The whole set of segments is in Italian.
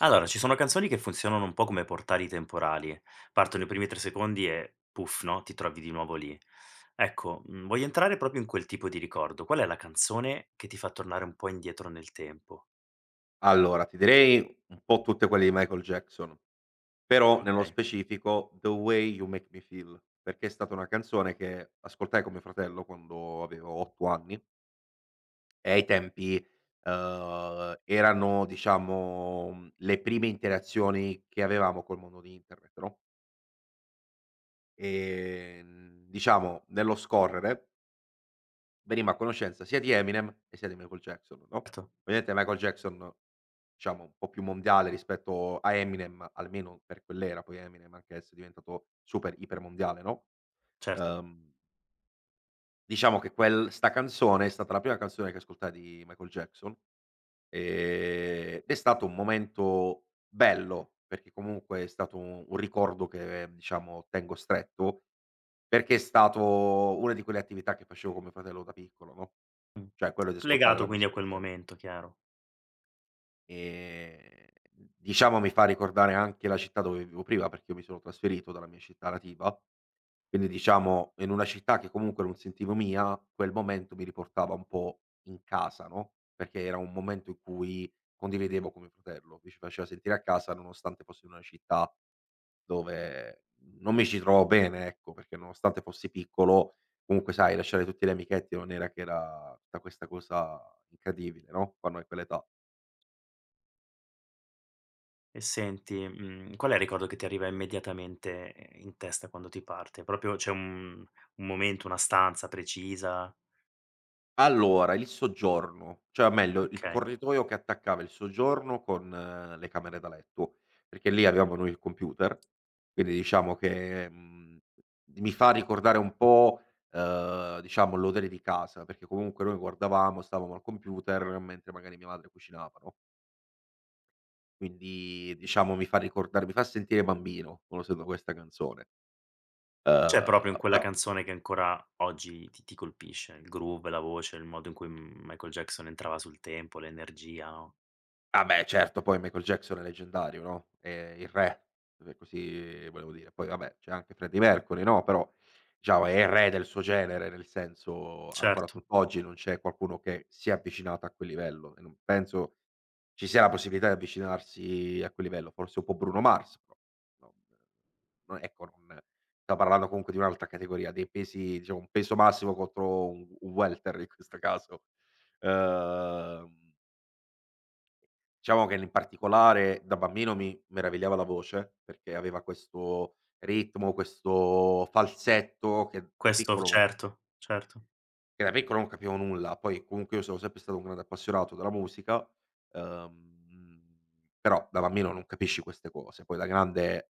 Allora, ci sono canzoni che funzionano un po' come portali temporali. Partono i primi 3 secondi e puff, no, ti trovi di nuovo lì. Ecco, voglio entrare proprio in quel tipo di ricordo. Qual è la canzone che ti fa tornare un po' indietro nel tempo? Allora, ti direi un po' tutte quelle di Michael Jackson, però nello Okay, specifico "The Way You Make Me Feel", perché è stata una canzone che ascoltai con mio fratello quando avevo 8 anni e ai tempi, erano diciamo le prime interazioni che avevamo col mondo di internet, no, diciamo nello scorrere veniamo a conoscenza sia di Eminem e sia di Michael Jackson, no, certo, ovviamente Michael Jackson diciamo un po' più mondiale rispetto a Eminem, almeno per quell'era, poi Eminem anche adesso è diventato super iper mondiale, no, certo. uhm, diciamo che quel 'sta canzone è stata la prima canzone che ascoltai di Michael Jackson, ed è stato un momento bello, perché comunque è stato un ricordo che, diciamo, tengo stretto, perché è stato una di quelle attività che facevo con mio fratello da piccolo, no, Mh. cioè quello di ascoltare Legato la quindi a musica quel insieme. momento, chiaro. Ehm, diciamo mi fa ricordare anche la città dove vivevo prima, perché io mi sono trasferito dalla mia città nativa, quindi diciamo in una città che comunque non sentivo mia, quel momento mi riportava un po' in casa, no, perché era un momento in cui condividevo con mio fratello, mi ci faceva sentire a casa nonostante fossi in una città dove non mi ci trovavo bene, ecco, perché nonostante fossi piccolo, comunque sai lasciare tutti gli amichetti non era che era tutta questa cosa incredibile, no, quando hai quell'età. E senti, qual è il ricordo che ti arriva immediatamente, in testa quando ti parte? Proprio c'è un momento, una stanza precisa? Allora, il soggiorno, cioè o meglio il Okay. corridoio che attaccava il soggiorno con le camere da letto, perché lì avevamo noi il computer, quindi diciamo che, mhmm, mi fa ricordare un po', diciamo l'odore di casa, perché comunque noi guardavamo, stavamo al computer mentre magari mia madre cucinava, no, quindi diciamo mi fa sentire bambino quando sento questa canzone. C'è proprio in quella Poi canzone che ancora oggi ti colpisce, il groove, la voce, il modo in cui Michael Jackson entrava sul tempo, l'energia, no. Ah beh certo, poi Michael Jackson è leggendario, no, è il re, così volevo dire. Poi vabbè c'è anche Freddie Mercury, no, però diciamo è il re del suo genere, nel senso ancora Certo, tutt'oggi non c'è qualcuno che si è avvicinato a quel livello e non penso ci sia la possibilità di avvicinarsi a quel livello, forse un po' Bruno Mars, però non non stiamo parlando comunque di un'altra categoria, dei pesi diciamo un peso massimo contro un welter in questo caso. Ehm Diciamo che in particolare da bambino mi meravigliava la voce, perché aveva questo ritmo, questo falsetto questo certo, certo, che da piccolo non capivo nulla, poi comunque io sono sempre stato un grande appassionato della musica, ehm, però da bambino non capisci queste cose, poi da grande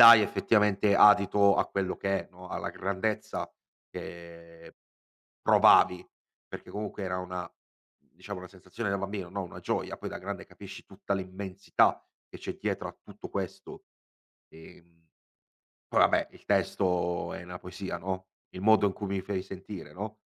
dai effettivamente adito a quello che è, no, alla grandezza che provavi, perché comunque era una diciamo una sensazione da bambino, no, una gioia, poi da grande capisci tutta l'immensità che c'è dietro a tutto questo, ehm poi vabbè, il testo è una poesia, no, il modo in cui mi fai sentire, no,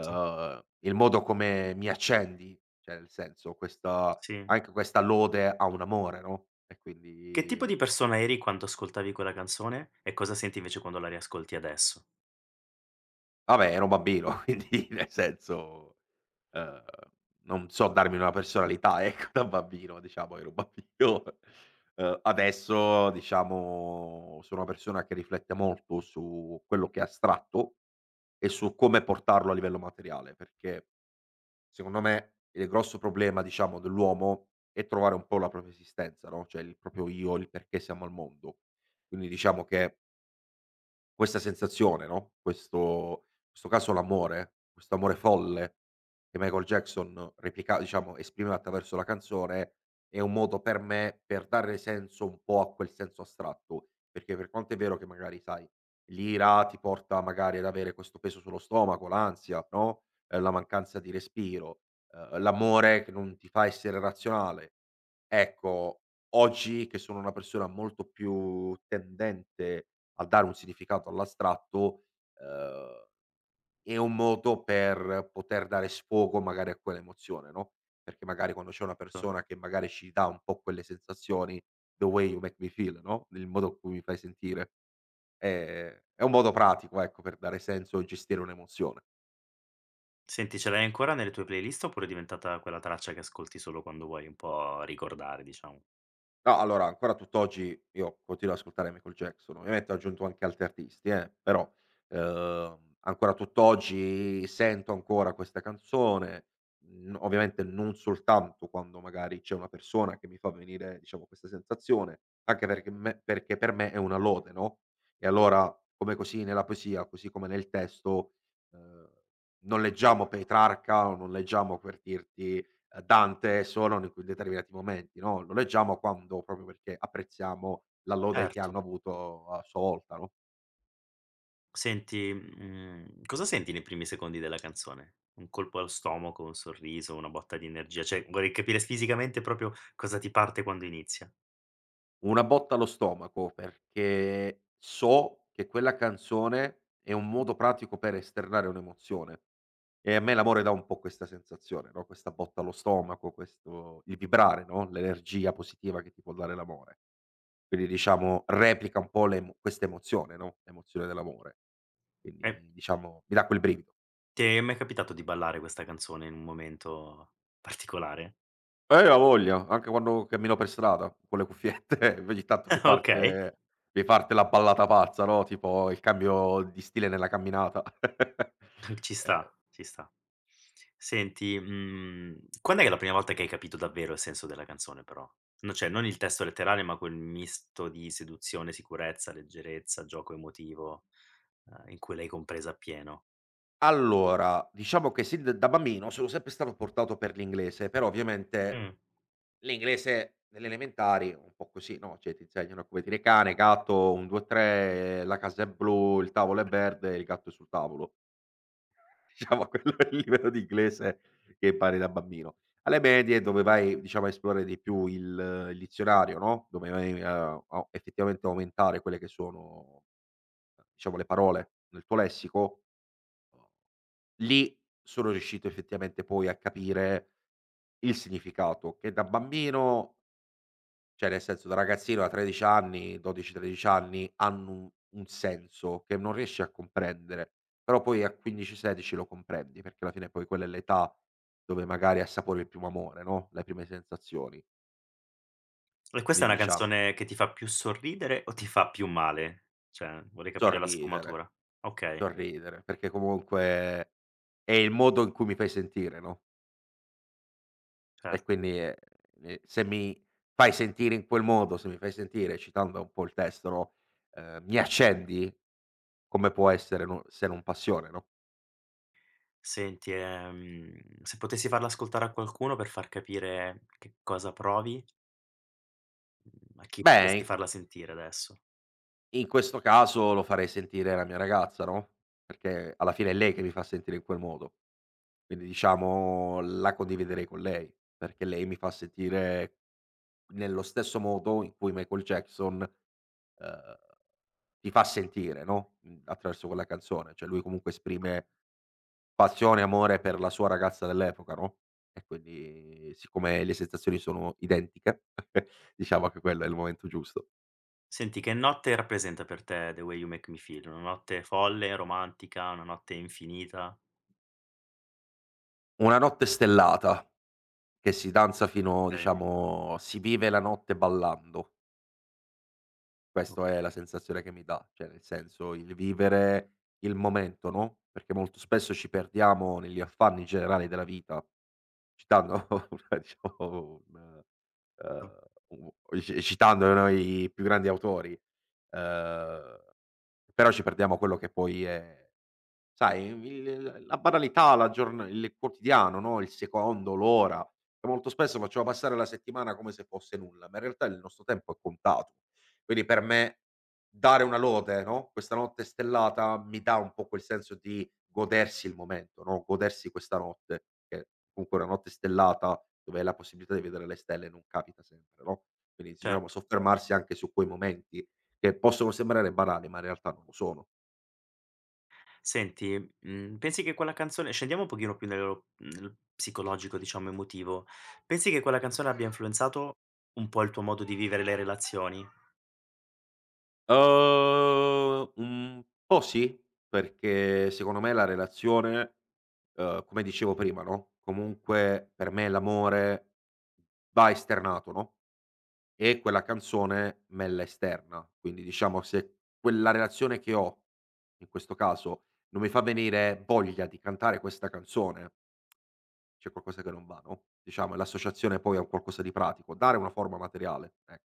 certo, il modo come mi accendi, cioè nel senso questa sì. anche questa lode a un amore, no, e Che tipo quindi di persona eri quando ascoltavi quella canzone e cosa senti invece quando la riascolti adesso? vabbè, ero un bambino, quindi nel senso, ehm, non so darmi una personalità, ecco, da bambino, diciamo, ero un bambino. Adesso, diciamo, sono una persona che riflette molto su quello che è astratto e su come portarlo a livello materiale, perché secondo me il grosso problema, diciamo, dell'uomo è trovare un po' la propria esistenza, no, cioè il proprio io, il perché siamo al mondo. Quindi diciamo che questa sensazione, no, questo caso l'amore, questo amore folle che Michael Jackson replica diciamo esprimeva attraverso la canzone, è un modo per me per dare senso un po' a quel senso astratto, perché per quanto è vero che magari sai, l'ira ti porta magari ad avere questo peso sullo stomaco, l'ansia, no, la mancanza di respiro, l'amore che non ti fa essere razionale. Ecco, oggi che sono una persona molto più tendente a dare un significato all'astratto, ehm, è un modo per poter dare sfogo magari a quell'emozione, no, perché magari quando c'è una persona che magari ci dà un po' quelle sensazioni, "the way you make me feel", no, il modo in cui mi fai sentire, è un modo pratico, ecco, per dare senso e gestire un'emozione. Senti, ce l'hai ancora nelle tue playlist oppure è diventata quella traccia che ascolti solo quando vuoi un po' ricordare, diciamo? No, allora ancora tutt'oggi io continuo ad ascoltare Michael Jackson, ovviamente ho aggiunto anche altri artisti però, ancora tutt'oggi sento ancora questa canzone, mhmm, ovviamente non soltanto quando magari c'è una persona che mi fa venire, diciamo, questa sensazione, anche perché per me è una lode, no, e allora come così nella poesia, così come nel testo, ehm, non leggiamo Petrarca o non leggiamo per dirti Dante solo in quei determinati momenti, no, lo leggiamo quando proprio perché apprezziamo la lode che Certo. hanno avuto a sua volta, no. Senti, cosa senti nei primi secondi della canzone? Un colpo allo stomaco, un sorriso, una botta di energia? Cioè, vorrei capire fisicamente proprio cosa ti parte quando inizia. Una botta allo stomaco perché so che quella canzone è un modo pratico per esternare un'emozione e a me l'amore dà un po' questa sensazione, no, questa botta allo stomaco, questo il vibrare, no, l'energia positiva che ti può dare l'amore. Quindi diciamo replica un po' l'emo questa emozione, no, l'emozione dell'amore. E Quindi diciamo mi dà quel brivido. ti è mai capitato di ballare questa canzone in un momento particolare? A voglia, anche quando cammino per strada con le cuffiette ogni tanto Okay, mi parte la ballata pazza, no, tipo il cambio di stile nella camminata. ci sta, ci sta. Senti, quand'è che è la prima volta che hai capito davvero il senso della canzone però? No cioè, non il testo letterale, ma quel misto di seduzione, sicurezza, leggerezza, gioco emotivo, in cui l'hai compresa appieno. Allora, diciamo che sin d da bambino sono sempre stato portato per l'inglese, però ovviamente Mh. l'inglese nelle elementari è un po' così, no, cioè ti insegnano a come dire cane, gatto, 1, 2, 3, la casa è blu, il tavolo è verde, il gatto è sul tavolo. Diciamo quello è il livello di inglese che impari da bambino. Alle medie dove vai, diciamo, a esplorare di più il dizionario, no, dove vai a effettivamente aumentare quelle che sono, diciamo, le parole nel tuo lessico, lì sono riuscito effettivamente poi a capire il significato che da bambino cioè, nel senso da ragazzino a 13 anni, 12, 13 anni hanno un senso che non riesci a comprendere, però poi a 15, 16 lo comprendi, perché alla fine poi quella è l'età dove magari assapori il primo amore, no, le prime sensazioni. E questa Quindi è una diciamo: canzone che ti fa più sorridere o ti fa più male? Cioè, vorrei capire la sorridere, sfumatura. Okay, sorridere, perché comunque è il modo in cui mi fai sentire, no, e certo. quindi, mi se mi fai sentire in quel modo, se mi fai sentire, citando un po' il testo, no, mi accendi, come può essere no se non passione, no? Senti, se potessi farla ascoltare a qualcuno per far capire che cosa provi, mhmm, a chi Beh, potresti farla sentire adesso? in questo caso lo farei sentire alla mia ragazza, no, perché alla fine è lei che mi fa sentire in quel modo. Quindi diciamo la condividerei con lei, perché lei mi fa sentire nello stesso modo in cui Michael Jackson, ehm, ti fa sentire, no, mhmm, attraverso quella canzone. Cioè lui comunque esprime passione e amore per la sua ragazza dell'epoca, no, e quindi siccome le sensazioni sono identiche, diciamo che quello è il momento giusto. Senti, che notte rappresenta per te "The Way You Make Me Feel"? Una notte folle, romantica, una notte infinita? Una notte stellata. Che si danza fino Okay, diciamo si vive la notte ballando. Questo è la okay, sensazione che mi dà, cioè nel senso il vivere il momento, no, perché molto spesso ci perdiamo negli affanni generali della vita, citando una diciamo un no, ehm, u ci citando, no, i più grandi autori, ehm, però ci perdiamo quello che poi è sai, il la banalità, la giorn il quotidiano, no, il secondo, l'ora, che molto spesso facciamo passare la settimana come se fosse nulla, ma in realtà il nostro tempo è contato. Quindi per me dare una lode, no, questa notte stellata mi dà un po' quel senso di godersi il momento, no, godersi questa notte, che comunque una notte stellata dove la possibilità di vedere le stelle non capita sempre, no, quindi diciamo certo. soffermarsi anche su quei momenti che possono sembrare banali, ma in realtà non lo sono. Senti, pensi che quella canzone scendiamo un pochino più nello nel psicologico, diciamo, emotivo. Pensi che quella canzone abbia influenzato un po' il tuo modo di vivere le relazioni? Un po' sì, perché secondo me la relazione, come dicevo prima, no, comunque per me l'amore va esternato, no, e quella canzone me la esterna. Quindi diciamo se quella relazione che ho, in questo caso, non mi fa venire voglia di cantare questa canzone, c'è qualcosa che non va, no, diciamo è l'associazione poi a un qualcosa di pratico, dare una forma materiale, e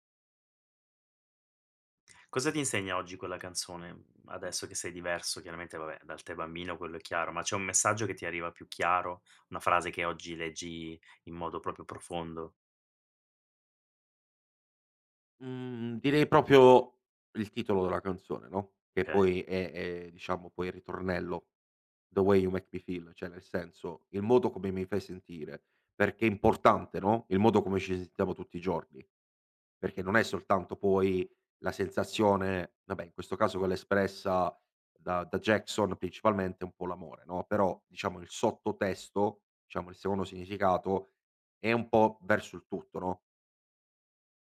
Cosa ti insegna oggi quella canzone? Adesso che sei diverso chiaramente, vabbè, dal te bambino quello è chiaro, ma c'è un messaggio che ti arriva più chiaro? Una frase che oggi leggi in modo proprio profondo? mhmm, direi proprio il titolo della canzone, no, che Okay. poi è diciamo poi il ritornello, "The way you make me feel", cioè nel senso, il modo come mi fai sentire, perché è importante, no, il modo come ci sentiamo tutti i giorni, perché non è soltanto poi la sensazione vabbè in questo caso quella espressa da Jackson principalmente un po' l'amore, no, però diciamo il sottotesto, diciamo il secondo significato è un po' verso il tutto, no?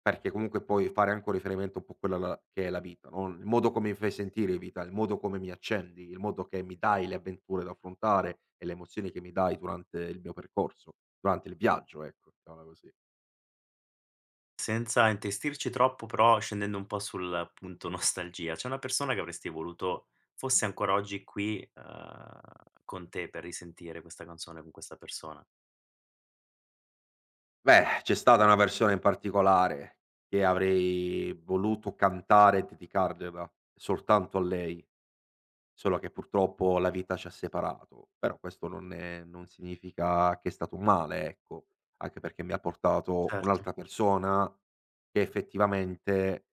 Perché comunque puoi fare anche un riferimento un po' a quella la che è la vita, no, il modo come mi fai sentire vita, il modo come mi accendi, il modo che mi dai le avventure da affrontare e le emozioni che mi dai durante il mio percorso, durante il viaggio, ecco, mettiamola così. Senza intestirci troppo, però scendendo un po' sul punto nostalgia, c'è una persona che avresti voluto fosse ancora oggi qui, con te per risentire questa canzone con questa persona? Beh, c'è stata una versione in particolare che avrei voluto cantare e dedicargliela soltanto a lei. Solo che purtroppo la vita ci ha separato, però questo non significa che è stato un male, ecco, anche perché mi ha portato Certo. un'altra persona che effettivamente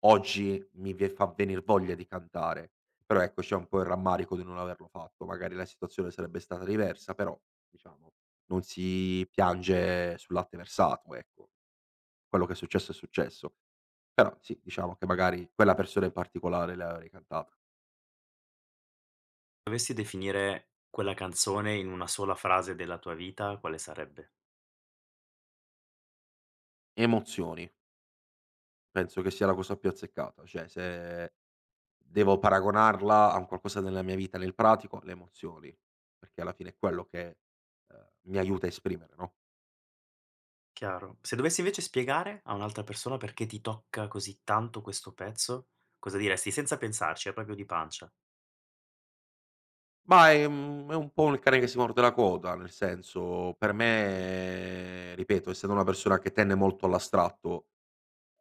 oggi mi ve fa venir voglia di cantare. Però ecco, c'è un po' il rammarico di non averlo fatto, magari la situazione sarebbe stata diversa, però diciamo non si piange sul latte versato, ecco. Quello che è successo è successo. Però sì, diciamo che magari quella persona in particolare le avrei cantata. Dovessi definire quella canzone in una sola frase della tua vita, quale sarebbe? Emozioni. Penso che sia la cosa più azzeccata, cioè se devo paragonarla a un qualcosa nella mia vita nel pratico, le emozioni, perché alla fine è quello che, mi aiuta a esprimere, no, Chiaro. Se dovessi invece spiegare a un'altra persona perché ti tocca così tanto questo pezzo, cosa diresti senza pensarci, proprio di pancia? ma è mhmm, è un po' il cane che si morde la coda, nel senso per me ripeto, essendo una persona che tende molto all'astratto,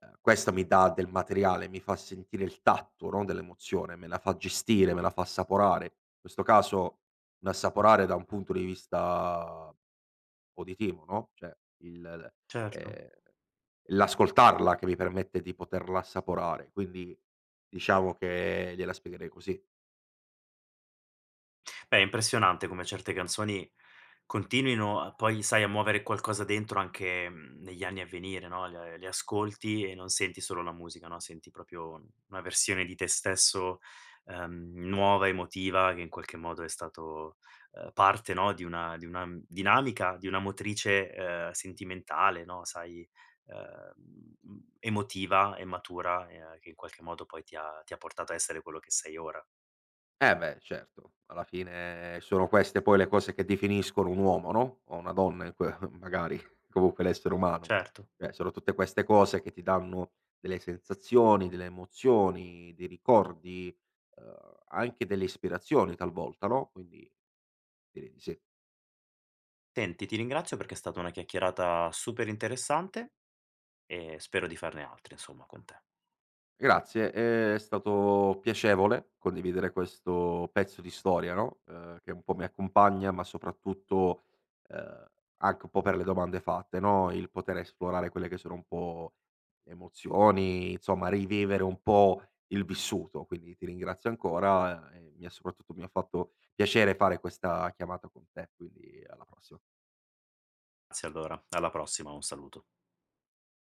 questa mi dà del materiale, mi fa sentire il tatto, no, dell'emozione, me la fa gestire, me la fa assaporare. In questo caso un assaporare da un punto di vista uditivo, no, cioè il Certo. ehm, l'ascoltarla che mi permette di poterla assaporare, quindi diciamo che gliela spiegherei così. Beh, è impressionante come certe canzoni continuino a poi, sai, a muovere qualcosa dentro anche, negli anni a venire, no, le ascolti e non senti solo la musica, no, senti proprio una versione di te stesso, nuova, emotiva, che in qualche modo è stato, parte, no, di una dinamica, di una motrice, sentimentale, no, sai, ehm, emotiva e matura, che in qualche modo poi ti ha portato a essere quello che sei ora. Eh beh, certo, alla fine sono queste poi le cose che definiscono un uomo, no, o una donna in que magari, comunque l'essere umano. Certo. Cioè sono tutte queste cose che ti danno delle sensazioni, delle emozioni, dei ricordi, anche delle ispirazioni talvolta, no, quindi direi di sì. Senti, ti ringrazio perché è stata una chiacchierata super interessante e spero di farne altre, insomma, con te. Grazie, è stato piacevole condividere questo pezzo di storia, no, che un po' mi accompagna, ma soprattutto, ehm, anche un po' per le domande fatte, no, il poter esplorare quelle che sono un po' emozioni, insomma rivivere un po' il vissuto. Quindi ti ringrazio ancora e mi ha fatto piacere fare questa chiamata con te, quindi alla prossima. Grazie allora, alla prossima, un saluto.